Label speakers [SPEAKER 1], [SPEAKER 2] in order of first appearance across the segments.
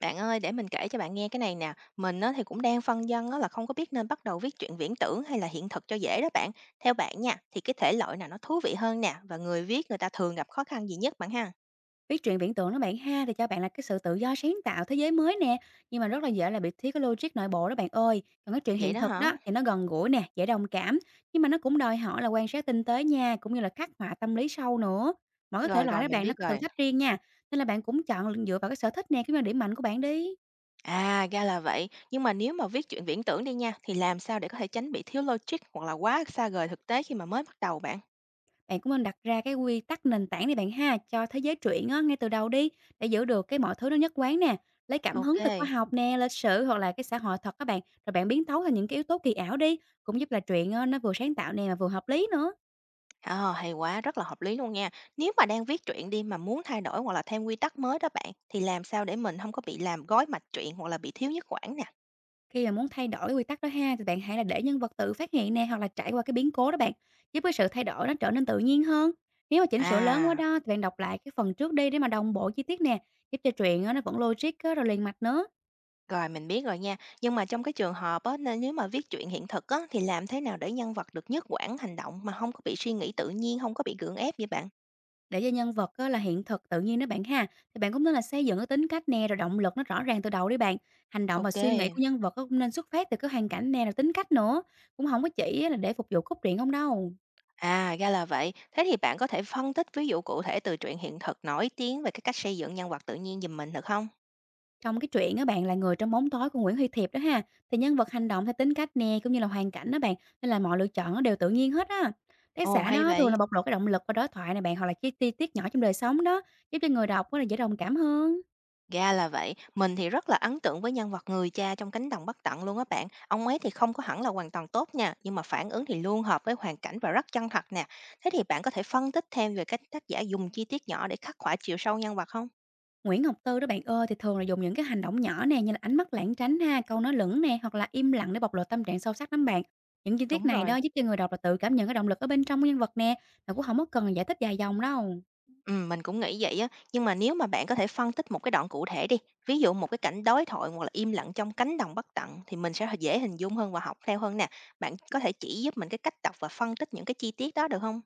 [SPEAKER 1] Bạn ơi, để mình kể cho bạn nghe cái này nè. Mình á, thì cũng đang phân vân á, là không có biết nên bắt đầu viết truyện viễn tưởng hay là hiện thực cho dễ đó bạn. Theo bạn nha, thì cái thể loại nào nó thú vị hơn nè và người viết người ta thường gặp khó khăn gì nhất bạn ha?
[SPEAKER 2] Viết truyện viễn tưởng đó bạn ha, thì cho bạn là cái sự tự do sáng tạo thế giới mới nè, nhưng mà rất là dễ là bị thiếu cái logic nội bộ đó bạn ơi. Còn cái truyện
[SPEAKER 1] Vậy
[SPEAKER 2] hiện
[SPEAKER 1] đó
[SPEAKER 2] thực
[SPEAKER 1] hả?
[SPEAKER 2] đó thì nó gần gũi nè, dễ đồng cảm, nhưng mà nó cũng đòi hỏi là quan sát tinh tế nha, cũng như là khắc họa tâm lý sâu nữa. Mỗi cái thể
[SPEAKER 1] Rồi rồi
[SPEAKER 2] loại đó
[SPEAKER 1] mình
[SPEAKER 2] bạn
[SPEAKER 1] biết
[SPEAKER 2] nó có thử
[SPEAKER 1] rồi.
[SPEAKER 2] thách riêng nha, nên là bạn cũng chọn dựa vào cái sở thích nè, cũng như là điểm mạnh của bạn đi.
[SPEAKER 1] À, ra là vậy. Nhưng mà nếu mà viết truyện viễn tưởng đi nha, thì làm sao để có thể tránh bị thiếu logic hoặc là quá xa rời thực tế khi mà mới bắt đầu bạn?
[SPEAKER 2] Bạn cũng nên đặt ra cái quy tắc nền tảng đi bạn ha, cho thế giới truyện á, ngay từ đầu đi, để giữ được cái mọi thứ nó nhất quán nè. Lấy cảm
[SPEAKER 1] Ok.
[SPEAKER 2] hứng từ khoa học nè, lịch sử hoặc là cái xã hội thật các bạn, rồi bạn biến tấu thành những cái yếu tố kỳ ảo đi, cũng giúp là truyện á, nó vừa sáng tạo nè mà vừa hợp lý nữa.
[SPEAKER 1] Ờ, hay quá, rất là hợp lý luôn nha. Nếu mà đang viết truyện đi mà muốn thay đổi hoặc là thêm quy tắc mới đó bạn, thì làm sao để mình không có bị làm gói mạch truyện hoặc là bị thiếu nhất quản nè?
[SPEAKER 2] Khi mà muốn thay đổi quy tắc đó ha, thì bạn hãy là để nhân vật tự phát hiện nè, hoặc là trải qua cái biến cố đó bạn, giúp cái sự thay đổi nó trở nên tự nhiên hơn. Nếu mà chỉnh sửa lớn quá
[SPEAKER 1] À,
[SPEAKER 2] đó, thì bạn đọc lại cái phần trước đi để mà đồng bộ chi tiết nè, giúp cho truyện á, nó vẫn logic á, rồi liền mạch nữa.
[SPEAKER 1] rồi mình biết rồi nha. Nhưng mà trong cái trường hợp á, nên nếu mà viết truyện hiện thực á, thì làm thế nào để nhân vật được nhất quản hành động mà không có bị suy nghĩ tự nhiên, không có bị gượng ép vậy bạn?
[SPEAKER 2] Để cho nhân vật á là hiện thực tự nhiên đó bạn ha, thì bạn cũng nên là xây dựng cái tính cách nè, rồi động lực nó rõ ràng từ đầu đi bạn. Hành động và suy nghĩ của
[SPEAKER 1] OK.
[SPEAKER 2] nhân vật á cũng nên xuất phát từ cái hoàn cảnh nè, rồi tính cách nữa. Cũng không có chỉ á là để phục vụ cốt truyện không đâu.
[SPEAKER 1] À, ra là vậy. Thế thì bạn có thể phân tích ví dụ cụ thể từ truyện hiện thực nổi tiếng về cái cách xây dựng nhân vật tự nhiên giùm mình được không?
[SPEAKER 2] Trong cái chuyện á bạn là người trong bóng tối của Nguyễn Huy Thiệp đó ha, thì nhân vật hành động theo tính cách nè, cũng như là hoàn cảnh đó bạn, nên là mọi lựa chọn nó đều tự nhiên hết á. Tác
[SPEAKER 1] Ồ,
[SPEAKER 2] giả
[SPEAKER 1] hay
[SPEAKER 2] đó thường
[SPEAKER 1] vậy.
[SPEAKER 2] là bộc lộ cái động lực qua đối thoại này bạn, hoặc là cái chi tiết nhỏ trong đời sống đó, giúp cho người đọc á là dễ đồng cảm hơn.
[SPEAKER 1] Ra là vậy, mình thì rất là ấn tượng với nhân vật người cha trong Cánh đồng bất tận luôn á bạn. Ông ấy thì không có hẳn là hoàn toàn tốt nha, nhưng mà phản ứng thì luôn hợp với hoàn cảnh và rất chân thật nè. Thế thì bạn có thể phân tích thêm về cách tác giả dùng chi tiết nhỏ để khắc họa chiều sâu nhân vật không?
[SPEAKER 2] Nguyễn Ngọc Tư đó bạn ơi, thì thường là dùng những cái hành động nhỏ nè, như là ánh mắt lảng tránh ha, câu nói lửng nè, hoặc là im lặng để bộc lộ tâm trạng sâu sắc lắm bạn. Những chi tiết
[SPEAKER 1] Đúng
[SPEAKER 2] này
[SPEAKER 1] rồi.
[SPEAKER 2] đó giúp cho người đọc là tự cảm nhận cái động lực ở bên trong của nhân vật nè, mà cũng không có cần giải thích dài dòng đâu.
[SPEAKER 1] Ừ, mình cũng nghĩ vậy á, nhưng mà nếu mà bạn có thể phân tích một cái đoạn cụ thể đi, ví dụ một cái cảnh đối thoại hoặc là im lặng trong Cánh đồng bất tận thì mình sẽ dễ hình dung hơn và học theo hơn nè. Bạn có thể chỉ giúp mình cái cách đọc và phân tích những cái chi tiết đó được không?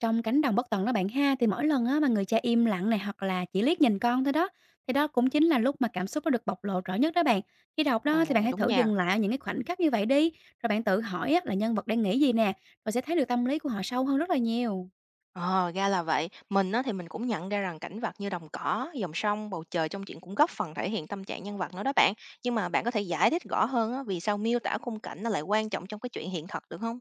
[SPEAKER 2] Trong Cánh đồng bất tận đó bạn ha, thì mỗi lần á, mà người cha im lặng này hoặc là chỉ liếc nhìn con thôi đó, thì đó cũng chính là lúc mà cảm xúc nó được bộc lộ rõ nhất đó bạn. Khi đọc đó thì bạn
[SPEAKER 1] Ồ,
[SPEAKER 2] hãy
[SPEAKER 1] đúng
[SPEAKER 2] thử
[SPEAKER 1] nha.
[SPEAKER 2] dừng lại ở những cái khoảnh khắc như vậy đi, rồi bạn tự hỏi á, là nhân vật đang nghĩ gì nè, rồi sẽ thấy được tâm lý của họ sâu hơn rất là nhiều.
[SPEAKER 1] Ờ, ra là vậy. Mình á, thì mình cũng nhận ra rằng cảnh vật như đồng cỏ, dòng sông, bầu trời trong truyện cũng góp phần thể hiện tâm trạng nhân vật nữa đó bạn. Nhưng mà bạn có thể giải thích rõ hơn á, vì sao miêu tả khung cảnh nó lại quan trọng trong cái chuyện hiện thực được không?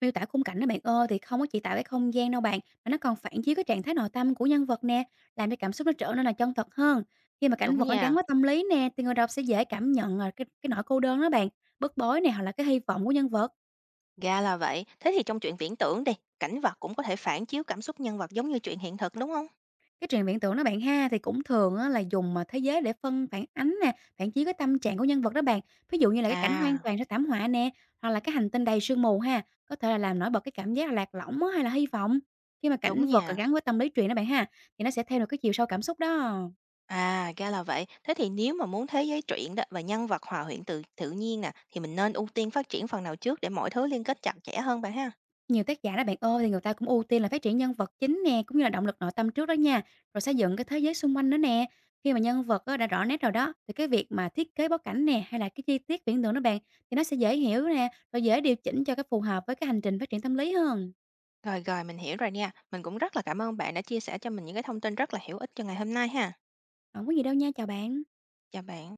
[SPEAKER 2] Miêu tả khung cảnh đó bạn ơi, thì không có chỉ tạo cái không gian đâu bạn, mà nó còn phản chiếu cái trạng thái nội tâm của nhân vật nè, làm cho cảm xúc nó trở nên là chân thật hơn. Khi mà cảnh
[SPEAKER 1] Đúng
[SPEAKER 2] vật nó
[SPEAKER 1] nha,
[SPEAKER 2] gắn với tâm lý nè, thì người đọc sẽ dễ cảm nhận là cái nỗi cô đơn đó bạn, bức bối nè, hoặc là cái hy vọng của nhân vật.
[SPEAKER 1] ra là vậy. Thế thì trong truyện viễn tưởng đi, cảnh vật cũng có thể phản chiếu cảm xúc nhân vật giống như chuyện hiện thực đúng không?
[SPEAKER 2] Cái truyện viễn tưởng đó bạn ha, thì cũng thường á là dùng, mà thế giới để phân phản ánh nè, phản chiếu cái tâm trạng của nhân vật đó bạn. Ví dụ như là cái cảnh hoang
[SPEAKER 1] À,
[SPEAKER 2] toàn sau thảm họa nè, hoặc là cái hành tinh đầy sương mù ha, có thể là làm nổi bật cái cảm giác là lạc lõng á, hay là hy vọng. Khi mà cảnh
[SPEAKER 1] đúng
[SPEAKER 2] vật,
[SPEAKER 1] nha.
[SPEAKER 2] gắn với tâm lý truyện đó bạn ha, thì nó sẽ theo được cái chiều sâu cảm xúc đó.
[SPEAKER 1] À, ra là vậy. Thế thì nếu mà muốn thế giới truyện đó và nhân vật hòa quyện từ tự nhiên nè, thì mình nên ưu tiên phát triển phần nào trước để mọi thứ liên kết chặt chẽ hơn bạn ha?
[SPEAKER 2] Nhiều tác giả đó bạn ơi, thì người ta cũng ưu tiên là phát triển nhân vật chính nè, cũng như là động lực nội tâm trước đó nha, rồi xây dựng cái thế giới xung quanh nữa nè. Khi mà nhân vật á, đã rõ nét rồi đó, thì cái việc mà thiết kế bối cảnh nè, hay là cái chi tiết viễn tưởng đó bạn, thì nó sẽ dễ hiểu nè, rồi dễ điều chỉnh cho cái phù hợp với cái hành trình phát triển tâm lý hơn.
[SPEAKER 1] Rồi, rồi, mình hiểu rồi nha. Mình cũng rất là cảm ơn bạn đã chia sẻ cho mình những cái thông tin rất là hữu ích cho ngày hôm nay ha.
[SPEAKER 2] Không có gì đâu nha, chào bạn.
[SPEAKER 1] Chào bạn.